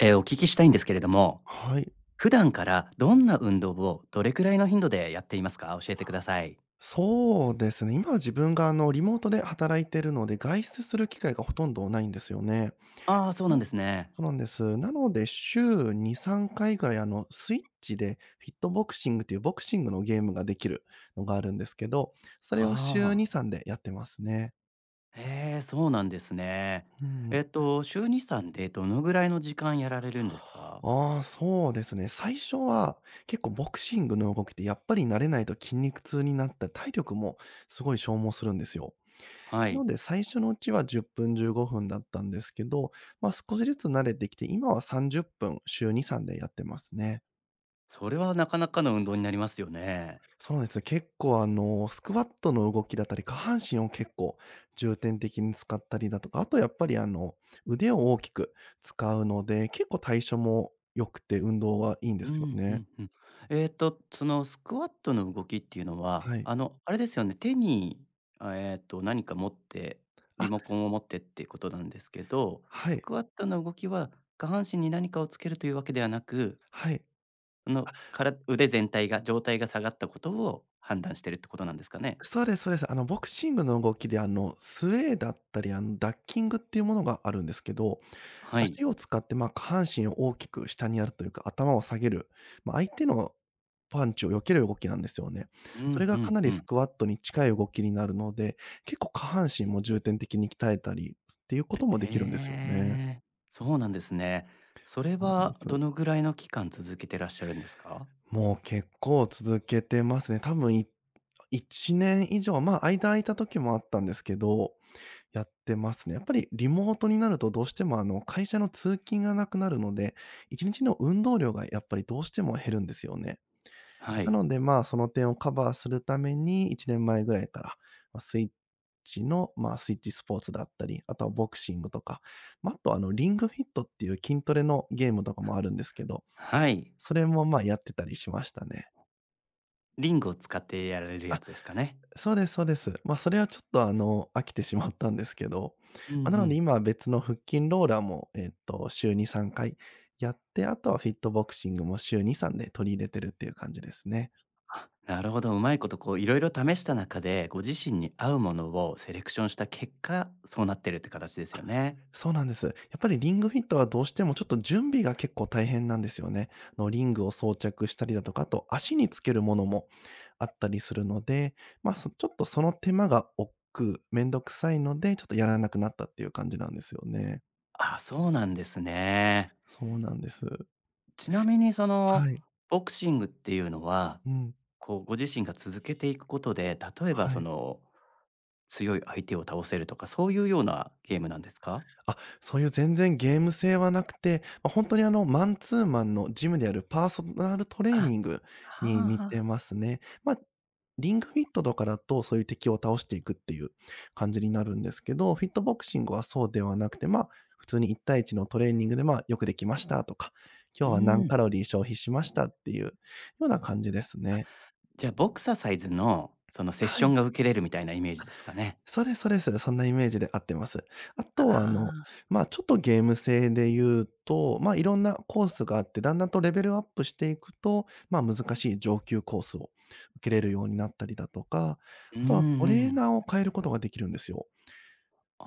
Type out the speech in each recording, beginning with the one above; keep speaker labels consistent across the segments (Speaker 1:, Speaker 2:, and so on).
Speaker 1: お聞きしたいんですけれども、
Speaker 2: はい。
Speaker 1: 普段からどんな運動をどれくらいの頻度でやっていますか教えてください。
Speaker 2: そうですね。今は自分がリモートで働いてるので、外出する機会がほとんどないんですよね。
Speaker 1: ああー、そうなん
Speaker 2: な
Speaker 1: ですね。
Speaker 2: そうなんです。なので、週2、3回ぐらいスイッチでフィットボクシングというボクシングのゲームができるのがあるんですけど、そ
Speaker 1: は
Speaker 2: れを週2、
Speaker 1: あ。
Speaker 2: 3でやってますね。
Speaker 1: へえ、そうなんですね。
Speaker 2: うん。
Speaker 1: 週2、3でどのぐらいの時間やられるんですか
Speaker 2: ああ、そうですね。最初は結構ボクシングの動きってやっぱり慣れないと筋肉痛になって、体力もすごい消耗するんですよ。
Speaker 1: は
Speaker 2: な
Speaker 1: い。
Speaker 2: ので、最初のうちは10分、15分だったんですけど、少しずつ慣れてきて、今は30分、週2、3でやってますね。
Speaker 1: それはなかなかの運動になりますよね。
Speaker 2: そうなんですよ。結構スクワットの動きだったり、下半身を結構重点的に使ったりだとか、あとやっぱり腕を大きく使うので、結構代謝も良くて、運動はいいんで
Speaker 1: う
Speaker 2: すよ
Speaker 1: ん、う
Speaker 2: ね。
Speaker 1: んうん。そのスクワットの動きっていうのは、
Speaker 2: はい。
Speaker 1: あれですよね、手に、あ、何か持って、リ
Speaker 2: あ、
Speaker 1: モコンを持ってっていうことなんですけど、
Speaker 2: は
Speaker 1: ス
Speaker 2: い、
Speaker 1: クワットの動きは下半身に何かをつけるというわけではなく、
Speaker 2: はい。
Speaker 1: あの、から腕全体が状態が下がったことを判断してるってことなんですかね？
Speaker 2: そうですそうです。ボクシングの動きで、スウェーだったり、ダッキングっていうものがあるんですけど、
Speaker 1: はい。
Speaker 2: 足を使って、下半身を大きく下にやるというか、頭を下げる、相手のパンチを避ける動きなんですよね。
Speaker 1: う
Speaker 2: そ
Speaker 1: ん、
Speaker 2: れ
Speaker 1: う
Speaker 2: がか
Speaker 1: ん
Speaker 2: な
Speaker 1: う
Speaker 2: りス
Speaker 1: ん。
Speaker 2: クワットに近い動きになるので、結構下半身も重点的に鍛えたりっていうこともできるんですよ
Speaker 1: へ
Speaker 2: ね。
Speaker 1: え、そうなんですね。それ
Speaker 2: そうなんで
Speaker 1: は
Speaker 2: す。
Speaker 1: どのぐらいの期間続けてらっしゃるんですか？
Speaker 2: もう結構続けてますね。多分1年以上、間空いた時もあったんですけど、やってますね。やっぱりリモートになるとどうしても、会社の通勤がなくなるので、1日の運動量がやっぱりどうしても減るんですよね。
Speaker 1: は
Speaker 2: な
Speaker 1: い。
Speaker 2: ので、その点をカバーするために、1年前ぐらいから、ま、スイッスイッチスポーツだったり、あとはボクシングとか、あと、リングフィットっていう筋トレのゲームとかもあるんですけど、
Speaker 1: はい。
Speaker 2: それも、やってたりしましたね。
Speaker 1: リングを使ってやられるや
Speaker 2: あ、
Speaker 1: つですかね？
Speaker 2: そうですそうです。それはちょっと、飽きてしまったんですけど、
Speaker 1: うんう
Speaker 2: なので
Speaker 1: ん。
Speaker 2: 今は別の腹筋ローラーも、週2、3回やって、あとはフィットボクシングも週2、3で取り入れてるっていう感じですね。
Speaker 1: あ、なるほど、うまいことこういろいろ試した中で、ご自身に合うものをセレクションした結果、そうなってるって形ですよね。
Speaker 2: そうなんです。やっぱりリングフィットはどうしてもちょっと準備が結構大変なんですよね。リングを装着したりだとか、あと足につけるものもあったりするので、まあ、そちょっとその手間が億劫、めんどくさいので、ちょっとやらなくなったっていう感じなんですよね。
Speaker 1: あ、そうなんですね。
Speaker 2: そうなんです。
Speaker 1: ちなみにそ
Speaker 2: は
Speaker 1: の
Speaker 2: い。
Speaker 1: ボクシングっていうのは、
Speaker 2: うん。
Speaker 1: こうご自身が続けていくことで、例えば
Speaker 2: は
Speaker 1: そ
Speaker 2: い。
Speaker 1: の強い相手を倒せるとか、そういうようなゲームなんですか？
Speaker 2: あ、そういう全然ゲーム性はなくて、ほんとにマンツーマンのジムでやるパーソナルトレ
Speaker 1: あ、
Speaker 2: ーニング
Speaker 1: は
Speaker 2: に
Speaker 1: あ
Speaker 2: 似
Speaker 1: は
Speaker 2: て
Speaker 1: あ。
Speaker 2: ますね。リングフィットとかだと、そういう敵を倒していくっていう感じになるんですけど、フィットボクシングはそうではなくて、普通に1対1のトレーニングで、よくできましたとか、
Speaker 1: う
Speaker 2: 今日は何
Speaker 1: ん。
Speaker 2: カロリー消費しましたっていうような感じですね。
Speaker 1: じゃあボクササイズのそのセッ
Speaker 2: は
Speaker 1: ショ
Speaker 2: い。
Speaker 1: ンが受けれるみたいなイメージですかね？
Speaker 2: そうですそうです。そんなイメージで合ってます。あ
Speaker 1: あ
Speaker 2: とはあの、
Speaker 1: あ、
Speaker 2: ま、あちょっとゲーム性で言うと、いろんなコースがあって、だんだんとレベルアップしていくと、難しい上級コースを受けれるようになったりだとか、
Speaker 1: うん
Speaker 2: あとはト
Speaker 1: う
Speaker 2: レー
Speaker 1: ん。
Speaker 2: ナーを変えることができるんですよ。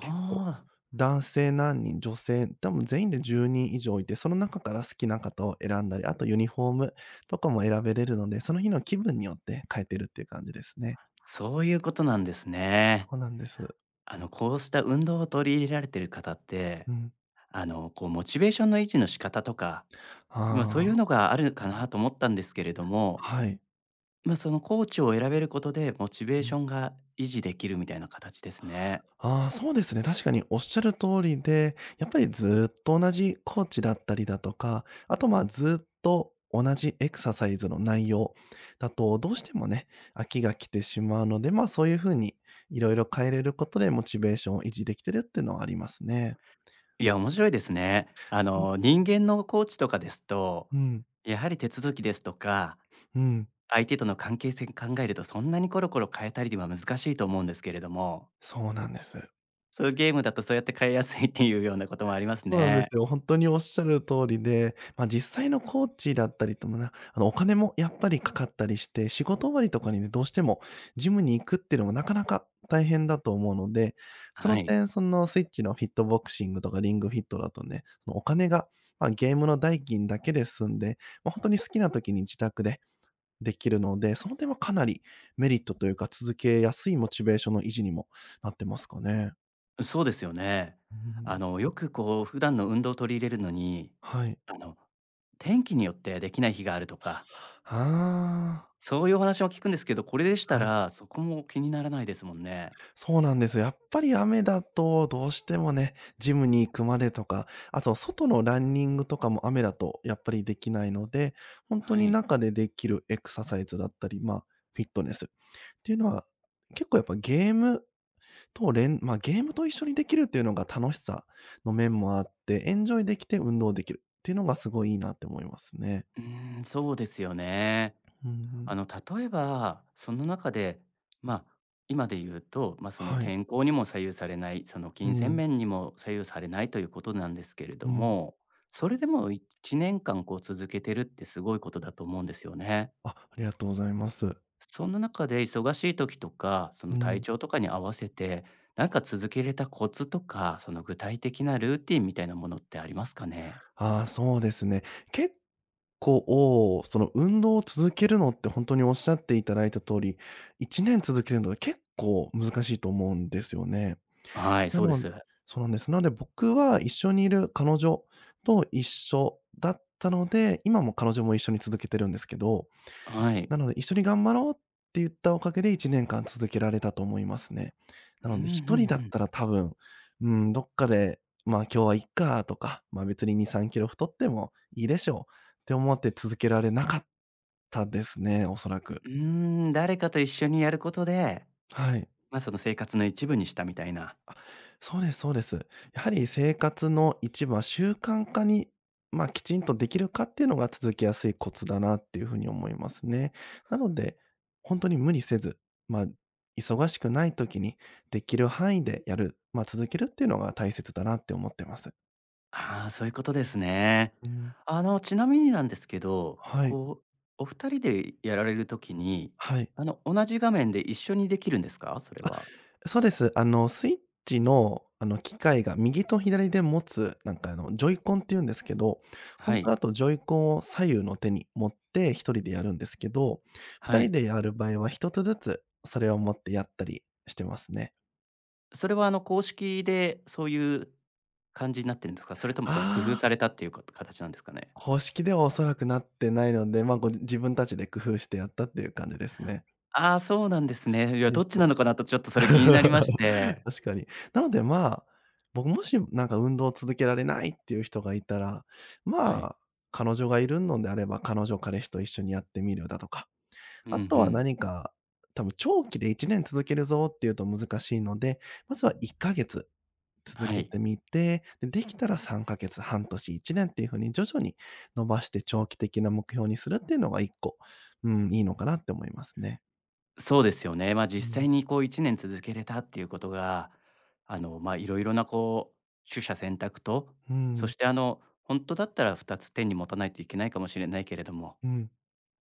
Speaker 2: 結構、
Speaker 1: あ、
Speaker 2: 男性何人、女性、多分全員で10人以上いて、その中から好きな方を選んだり、あとユニフォームとかも選べれるので、その日の気分によって変えてるっていう感じですね。
Speaker 1: そういうことなんです
Speaker 2: そ
Speaker 1: ね。
Speaker 2: うなんです。
Speaker 1: あの、こうした運動を取り入れられてる方って、
Speaker 2: うん。
Speaker 1: あの、こう、モチベーションの維持の仕方とか、まあ、そうい
Speaker 2: あ
Speaker 1: う
Speaker 2: あ。
Speaker 1: のがあるかなと思ったんですけれども、
Speaker 2: はい。
Speaker 1: まあ、そのコーチを選べることでモチベー
Speaker 2: う
Speaker 1: シ
Speaker 2: ん。
Speaker 1: ョンが維持できるみたいな形ですね。
Speaker 2: ああ、そうですね。確かにおっしゃる通りで、やっぱりずーっと同じコーチだったりだとか、あと、ずーっと同じエクササイズの内容だと、どうしてもね、飽きが来てしまうので、そういう風にいろいろ変えれることでモチベーションを維持できてるっていうのはありますね。
Speaker 1: いや、面白いですね。あ
Speaker 2: そう
Speaker 1: の、人間のコーチとかですと、
Speaker 2: うん、
Speaker 1: やはり手続きですとか、
Speaker 2: うん、
Speaker 1: 相手との関係性考えるとそんなにコロコロ変えたりでは難しいと思うんですけれども
Speaker 2: そうなんです。
Speaker 1: そういうゲームだとそうやって変えやすいっていうようなこともあります
Speaker 2: そうなんです
Speaker 1: ね。
Speaker 2: よ。本当におっしゃる通りで、実際のコーチだったりともな、あの、お金もやっぱりかかったりして、仕事終わりとかにね、どうしてもジムに行くっていうのもなかなか大変だと思うので、そ
Speaker 1: は
Speaker 2: の
Speaker 1: い。
Speaker 2: 点、そのスイッチのフィットボクシングとかリングフィットだとね、そのお金が、ゲームの代金だけで済んで、本当に好きな時に自宅でできるので、その点はかなりメリットというか、続けやすいモチベーションの維持にもなってますかね。
Speaker 1: そうですよね。
Speaker 2: うん。
Speaker 1: あの、よくこう普段の運動を取り入れるのに、
Speaker 2: はい。
Speaker 1: あの、天気によってできない日があるとか、
Speaker 2: あ
Speaker 1: そういうお話を聞くんですけど、これでした
Speaker 2: あ、はい。
Speaker 1: らそこも気にならないですもんね。
Speaker 2: そうなんですよ。やっぱり雨だと、どうしてもね、ジムに行くまでとか、あと外のランニングとかも雨だとやっぱりできないので、本当
Speaker 1: は
Speaker 2: に
Speaker 1: い。
Speaker 2: 中でできるエクササイズだったり、フィットネスっていうのは、結構やっぱゲームと一緒にできるっていうのが楽しさの面もあって、エンジョイできて運動できるっていうのがすごいいいなって思いますね。
Speaker 1: うーん、そうですよね。
Speaker 2: うんう
Speaker 1: あ
Speaker 2: ん。
Speaker 1: の、例えば、その中で、まあ、今で言うと、まあ、その
Speaker 2: はい。
Speaker 1: 天候にも左右されない、その
Speaker 2: う
Speaker 1: 金銭
Speaker 2: ん。
Speaker 1: 面にも左右されないということなんですけれど
Speaker 2: うん。
Speaker 1: も、それでも1年間こう続けてるってすごいことだと思うんですよね。
Speaker 2: あ、ありがとうございます。
Speaker 1: その中で忙しい時とか、そ
Speaker 2: う
Speaker 1: の体
Speaker 2: ん。
Speaker 1: 調とかに合わせて、なんか続けれたコツとか、その具体的なルーティンみたいなものってありますかね？
Speaker 2: ああ、そうですね。けその運動を続けるのって本当におっしゃっていただいた通り、1年続けるのは結構難しいと思うんですよね。
Speaker 1: はい、
Speaker 2: な
Speaker 1: そうで
Speaker 2: の
Speaker 1: す。
Speaker 2: そうなんです。なので僕は一緒にいる彼女と一緒だったので、今も彼女も一緒に続けてるんですけど、
Speaker 1: はい。
Speaker 2: なので、一緒に頑張ろうって言ったおかげで1年間続けられたと思いますね。な
Speaker 1: うん、う
Speaker 2: の
Speaker 1: ん
Speaker 2: で、1人だ
Speaker 1: う
Speaker 2: っ
Speaker 1: ん。
Speaker 2: たら多分、うん、どっかで、今日はいっかとか、別に2、3キロ太ってもいいでしょうって思って続けられなかったですね、おそら
Speaker 1: う
Speaker 2: く。
Speaker 1: ーん、誰かと一緒にやることで、
Speaker 2: はい。
Speaker 1: ま、その生活の一部にしたみたいな。
Speaker 2: あ、そうですそうです。やはり生活の一部は習慣化に、きちんとできるかっていうのが続きやすいコツだなっていうふうに思いますね。なので、本当に無理せず、まあ、忙しくない時にできる範囲でやる、続けるっていうのが大切だなって思ってます。
Speaker 1: ああ、そういうことですね。
Speaker 2: うん。
Speaker 1: あの、ちなみになんですけど、
Speaker 2: はい。
Speaker 1: こう、お二人でやられるときに、
Speaker 2: はい。
Speaker 1: あの、同じ画面で一緒にできるんですか？それは。
Speaker 2: そうです。スイッチの、機械が右と左で持つ、ジョイコンって言うんですけど、
Speaker 1: は
Speaker 2: 本当
Speaker 1: い、
Speaker 2: だとジョイコンを左右の手に持って一人でやるんですけど、二
Speaker 1: は
Speaker 2: 人
Speaker 1: い。
Speaker 2: でやる場合は一つずつそれを持ってやったりしてますね。
Speaker 1: それはあの、公式でそういう感じになってるんですか？それともその工夫
Speaker 2: ああ、
Speaker 1: されたっていうか形なんですかね？
Speaker 2: 公式ではおそらくなってないので、ご自分たちで工夫してやったっていう感じですね。
Speaker 1: ああ、そうなんですね。いや、
Speaker 2: そうで
Speaker 1: どっ
Speaker 2: す。
Speaker 1: ちなのかなとちょっとそれ気になりまし て。
Speaker 2: 確かに。なので、まあ、僕もしなんか運動を続けられないっていう人がいたら、
Speaker 1: は
Speaker 2: ま
Speaker 1: い。
Speaker 2: あ、彼女がいるのであれば、彼女、彼氏と一緒にやってみるだとか、
Speaker 1: うんう
Speaker 2: あとは
Speaker 1: ん。
Speaker 2: 何か、多分長期で1年続けるぞっていうと難しいので、まずは1ヶ月続
Speaker 1: は
Speaker 2: け
Speaker 1: い。
Speaker 2: てみて、で、できたら3ヶ月、半年、1年っていう風に徐々に伸ばして長期的な目標にするっていうのが1個、うん、いいのかなって思いますね。
Speaker 1: そうですよね。まあ、
Speaker 2: う
Speaker 1: 実
Speaker 2: ん。
Speaker 1: 際にこう1年続けれたっていうことが、あの、まあ、いろいろなこう、取捨選択と、
Speaker 2: う
Speaker 1: そ
Speaker 2: ん、
Speaker 1: してあの、本当だったら2つ手に持たないといけないかもしれないけれども、
Speaker 2: うん。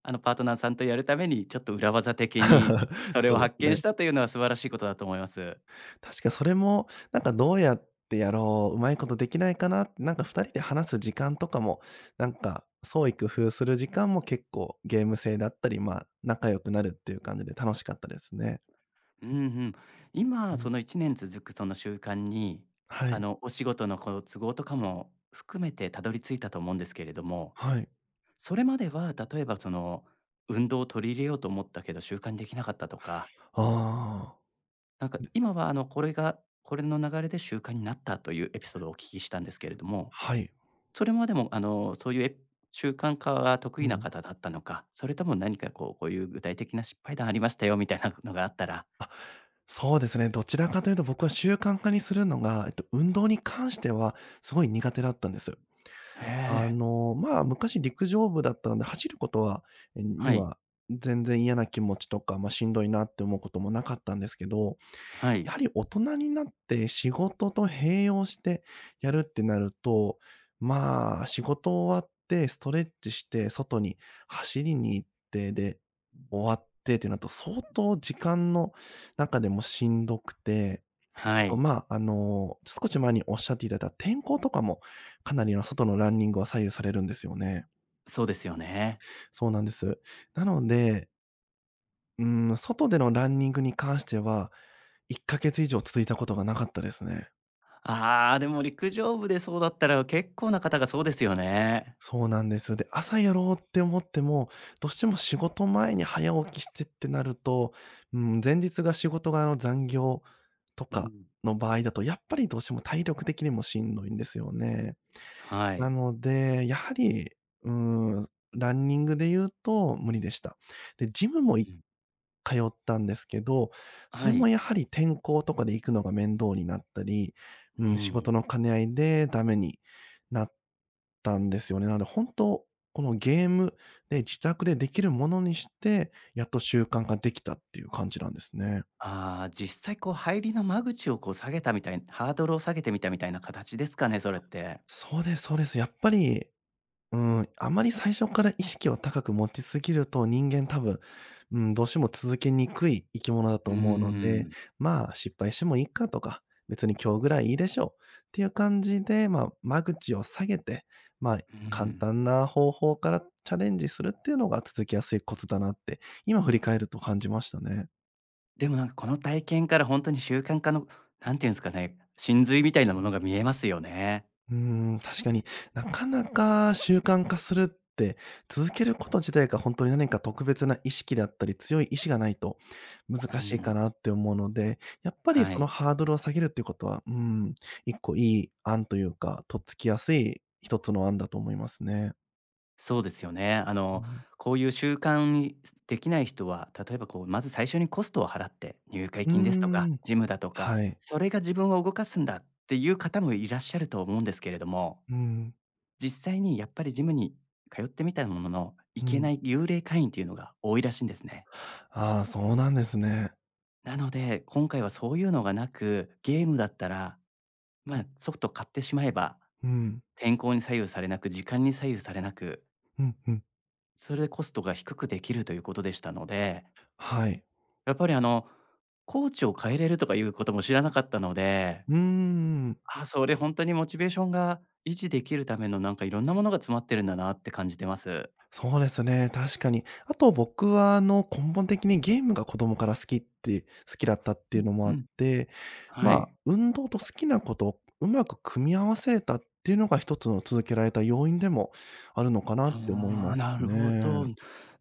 Speaker 1: あの、パートナーさんとやるためにちょっと裏技的に それ
Speaker 2: そ
Speaker 1: を
Speaker 2: うです
Speaker 1: 発見
Speaker 2: ね。
Speaker 1: したというのは素晴らしいことだと思います。
Speaker 2: 確かそれも、なんかどうやってやろう、うまいことできないかなって、なんか2人で話す時間とかも、なんか創意工夫する時間も結構ゲーム性だったり、まあ、仲良くなるっていう感じで楽しかったですね。
Speaker 1: うんうん。
Speaker 2: う
Speaker 1: 今そ
Speaker 2: ん。
Speaker 1: の1年続くその習慣に、
Speaker 2: は
Speaker 1: あ
Speaker 2: い。
Speaker 1: の、お仕事のこう都合とかも含めてたどり着いたと思うんですけれども
Speaker 2: はい。
Speaker 1: それまでは、例えばその、運動を取り入れようと思ったけど習慣にできなかったとか、
Speaker 2: ああ。
Speaker 1: なんか今はあの、これがこれの流れで習慣になったというエピソードをお聞きしたんですけれども、
Speaker 2: はい。
Speaker 1: それまでもあの、そういうエピ習慣化が得
Speaker 2: う
Speaker 1: 意な
Speaker 2: ん。
Speaker 1: 方だったのか、それとも何かこう、こういう具体的な失敗談ありましたよみたいなのがあったら、
Speaker 2: あ、そうですね。どちらかというと僕は習慣化にするのが、運動に関してはすごい苦手だったんです。
Speaker 1: へ
Speaker 2: あ
Speaker 1: え、
Speaker 2: の、まあ、昔陸上部だったので、走ること
Speaker 1: は
Speaker 2: に
Speaker 1: い、
Speaker 2: は全然嫌な気持ちとか、まあ、しんどいなって思うこともなかったんですけど、
Speaker 1: は
Speaker 2: や
Speaker 1: い、
Speaker 2: はり大人になって仕事と併用してやるってなると、まあ、仕事終わってストレッチして、外に走りに行って、で、終わってってなると、相当時間の中でもしんどくて、あ
Speaker 1: は
Speaker 2: と、
Speaker 1: い、
Speaker 2: まあ、あの、少し前におっしゃっていただいた天候とかも、かなりの外のランニングは左右されるんですよね。
Speaker 1: そうですよね。
Speaker 2: そうなんです。なので、外でのランニングに関しては、1ヶ月以上続いたことがなかったですね。
Speaker 1: ああ、でも陸上部でそうだったら結構な方がそうですよね。
Speaker 2: そうなんです。で、朝やろうって思っても、どうしても仕事前に早起きしてってなると、うん、前日が仕事が、あの、残業と
Speaker 1: う
Speaker 2: か
Speaker 1: ん。
Speaker 2: の場合だと、やっぱりどうしても体力的にもしんどいんですよね。
Speaker 1: は
Speaker 2: な
Speaker 1: い。
Speaker 2: ので、やはり、うーん、ランニングで言うと無理でした。で、ジムも
Speaker 1: う
Speaker 2: い
Speaker 1: ん。
Speaker 2: 通ったんですけど、そ
Speaker 1: は
Speaker 2: れも
Speaker 1: い。
Speaker 2: やはり天候とかで行くのが面倒になったり、
Speaker 1: う
Speaker 2: うん、仕
Speaker 1: ん。
Speaker 2: 事の兼ね合いでダメになったんですよね。なので本当、このゲームで自宅でできるものにして、やっと習慣ができたっていう感じなんですね。
Speaker 1: ああ、実際こう入りの間口をこう下げたみたいハードルを下げてみたみたいな形ですかね、それって。
Speaker 2: そうです、そうです。やっぱりあまり最初から意識を高く持ちすぎると、人間多分、うん、どうしても続けにくい生き物だ
Speaker 1: う
Speaker 2: と
Speaker 1: ー
Speaker 2: 思うので、
Speaker 1: ん、
Speaker 2: まあ、失敗してもいいかとか、別に今日ぐらいいいでしょうっていう感じで、まあ、間口を下げて、まあ、
Speaker 1: う
Speaker 2: 簡
Speaker 1: ん。
Speaker 2: 単な方法からチャレンジするっていうのが続きやすいコツだなって、今振り返ると感じましたね。
Speaker 1: でもなんかこの体験から本当に習慣化の、なんていうんですかね、真髄みたいなものが見えますよね。
Speaker 2: うーん、確かに、なかなか習慣化するって、続けること自体が本当に何か特別な意識だったり、強い意志がないと
Speaker 1: う
Speaker 2: 難しいか
Speaker 1: ん、
Speaker 2: なって思うので、やっぱり
Speaker 1: は
Speaker 2: その
Speaker 1: い。
Speaker 2: ハードルを下げるっていうことは、一個いい案というか、とっつきやすい一つの案だと思いますね。
Speaker 1: そうですよね。あ
Speaker 2: う
Speaker 1: の、
Speaker 2: ん。
Speaker 1: こういう習慣にできない人は、例えばこうまず最初にコストを払って、入会
Speaker 2: う
Speaker 1: 金ですと
Speaker 2: ー
Speaker 1: か、
Speaker 2: ん、
Speaker 1: ジムだとか、
Speaker 2: はい。
Speaker 1: それが自分を動かすんだっていう方もいらっしゃると思うんですけれども
Speaker 2: うん、
Speaker 1: 実際にやっぱりジムに通ってみたものの、行
Speaker 2: う
Speaker 1: けな
Speaker 2: ん。
Speaker 1: い幽霊会員っていうのが多いらしいんですね。
Speaker 2: ああ、そうなんですね。
Speaker 1: なので、今回はそういうのがなく、ゲームだったら、まあ、ソフト買ってしまえば、
Speaker 2: うん、
Speaker 1: 天候に左右されなく、時間に左右されなく、
Speaker 2: うん、うん。
Speaker 1: それでコストが低くできるということでしたので、
Speaker 2: はい。
Speaker 1: やっぱりあの、コーチを変えれるとかいうことも知らなかったので、
Speaker 2: うーん。
Speaker 1: あ、それ本当にモチベーションが維持できるためのなんかいろんなものが詰まってるんだなって感じてます。
Speaker 2: そうですね、確かに。あと僕はあの、根本的にゲームが子供から好きだったっ
Speaker 1: う
Speaker 2: ていう
Speaker 1: ん
Speaker 2: のも
Speaker 1: う
Speaker 2: あっ
Speaker 1: ん。
Speaker 2: て、ま
Speaker 1: は
Speaker 2: あ、
Speaker 1: い。
Speaker 2: 運動と好きなことをうまく組み合わせれたっていうのが一つの続けられた要因でもあるのかなって思い
Speaker 1: ああ、
Speaker 2: ます
Speaker 1: なるほ
Speaker 2: ね。
Speaker 1: ど。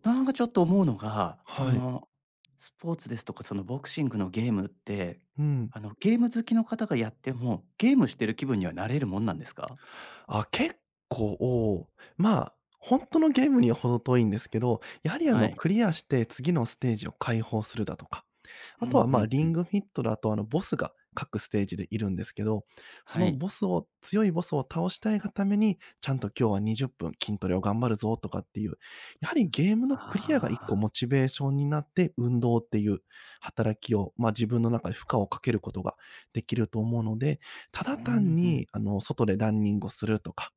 Speaker 1: なんかちょっと思うのが、そ
Speaker 2: はい。
Speaker 1: の、スポーツですとか、そのボクシングのゲームって、
Speaker 2: うん。
Speaker 1: あの、ゲーム好きの方がやっても、ゲームしてる気分にはなれるもんなんですか？
Speaker 2: あ、結構、まあ、本当のゲームには程遠いんですけど、やはりあ
Speaker 1: は
Speaker 2: の、
Speaker 1: い。
Speaker 2: クリアして次のステージを開放するだとか、
Speaker 1: う
Speaker 2: あ
Speaker 1: んう
Speaker 2: とは、まあ、
Speaker 1: ん
Speaker 2: リ
Speaker 1: う
Speaker 2: ン
Speaker 1: ん。
Speaker 2: グフィットだと、あの、ボスが各ステージでいるんですけど、そ
Speaker 1: は
Speaker 2: の
Speaker 1: い。
Speaker 2: ボスを強いボスを倒したいがために、ちゃんと今日は20分筋トレを頑張るぞとかっていう、やはりゲームのクリアが一
Speaker 1: あ
Speaker 2: 個
Speaker 1: あ、
Speaker 2: モチベーションになって、運動っていう働きを、まあ、自分の中で負荷をかけることができると思うので、た
Speaker 1: う
Speaker 2: だ単
Speaker 1: んうん。
Speaker 2: に、あの、外でランニングをするとか、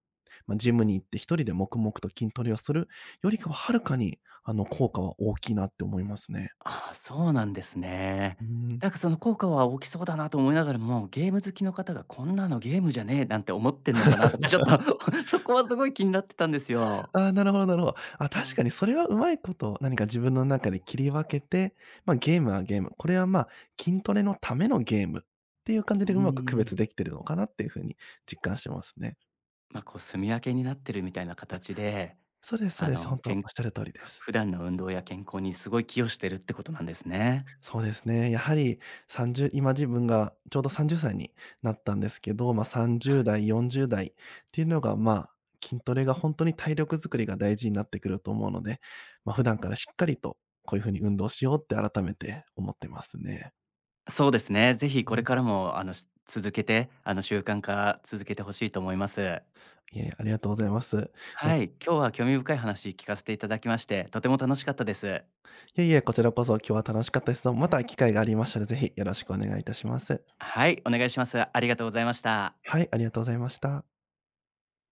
Speaker 2: まあ、ジムに行って一人で黙々と筋トレをするよりかは、はるかに、あの、効果は大きいなって思いますね。
Speaker 1: ああ、そうなんですね。
Speaker 2: うん。
Speaker 1: なんかその効果は大きそうだなと思いながらも、ゲーム好きの方がこんなのゲームじゃねえなんて思ってんのかなとか、ちょっと そこはすごい気になってたんですよ。
Speaker 2: ああ、なるほど、なるほど。あ、
Speaker 1: う
Speaker 2: 確か
Speaker 1: ん。
Speaker 2: にそれはうまいこと何か自分の中で切り分けて、ま、ゲームはゲーム、これは、ま、筋トレのためのゲームっていう感じ
Speaker 1: うー
Speaker 2: でうまく区別
Speaker 1: ん。
Speaker 2: できてるのかなっていうふうに実感してますね。
Speaker 1: まあ、こう、住み分けになってるみたいな形で、
Speaker 2: そうです、そう
Speaker 1: あ
Speaker 2: です、
Speaker 1: の、
Speaker 2: 本当お
Speaker 1: け
Speaker 2: っ
Speaker 1: ん
Speaker 2: しゃる通りで
Speaker 1: ふ
Speaker 2: す。
Speaker 1: 普段の運動や健康にすごい寄与してるってことなんですね。
Speaker 2: そうですね。やはり30今自分がちょうど30歳になったんですけど、まあ、30代、40代っていうのが、まあ、筋トレが本当に体力づくりが大事になってくると思うので、まあ、普段からしっかりとこういう風に運動しようって改めて思ってますね。
Speaker 1: そうですね。ぜひこ
Speaker 2: う
Speaker 1: れ
Speaker 2: ん。
Speaker 1: からも、あの、し続けて、あの、習慣化続けてほしいと思います。
Speaker 2: いえ、ありがとうございます。いや、
Speaker 1: は
Speaker 2: い
Speaker 1: い、今日は興味深い話聞かせていただきまして、とても楽しかったです。
Speaker 2: え、いえ、こちらこそ今日は楽しかったです。また機会がありましたら、ぜひよろしくお願いいたします。
Speaker 1: はい、お願いします。ありがとうございました。
Speaker 2: はい、ありがとうございました。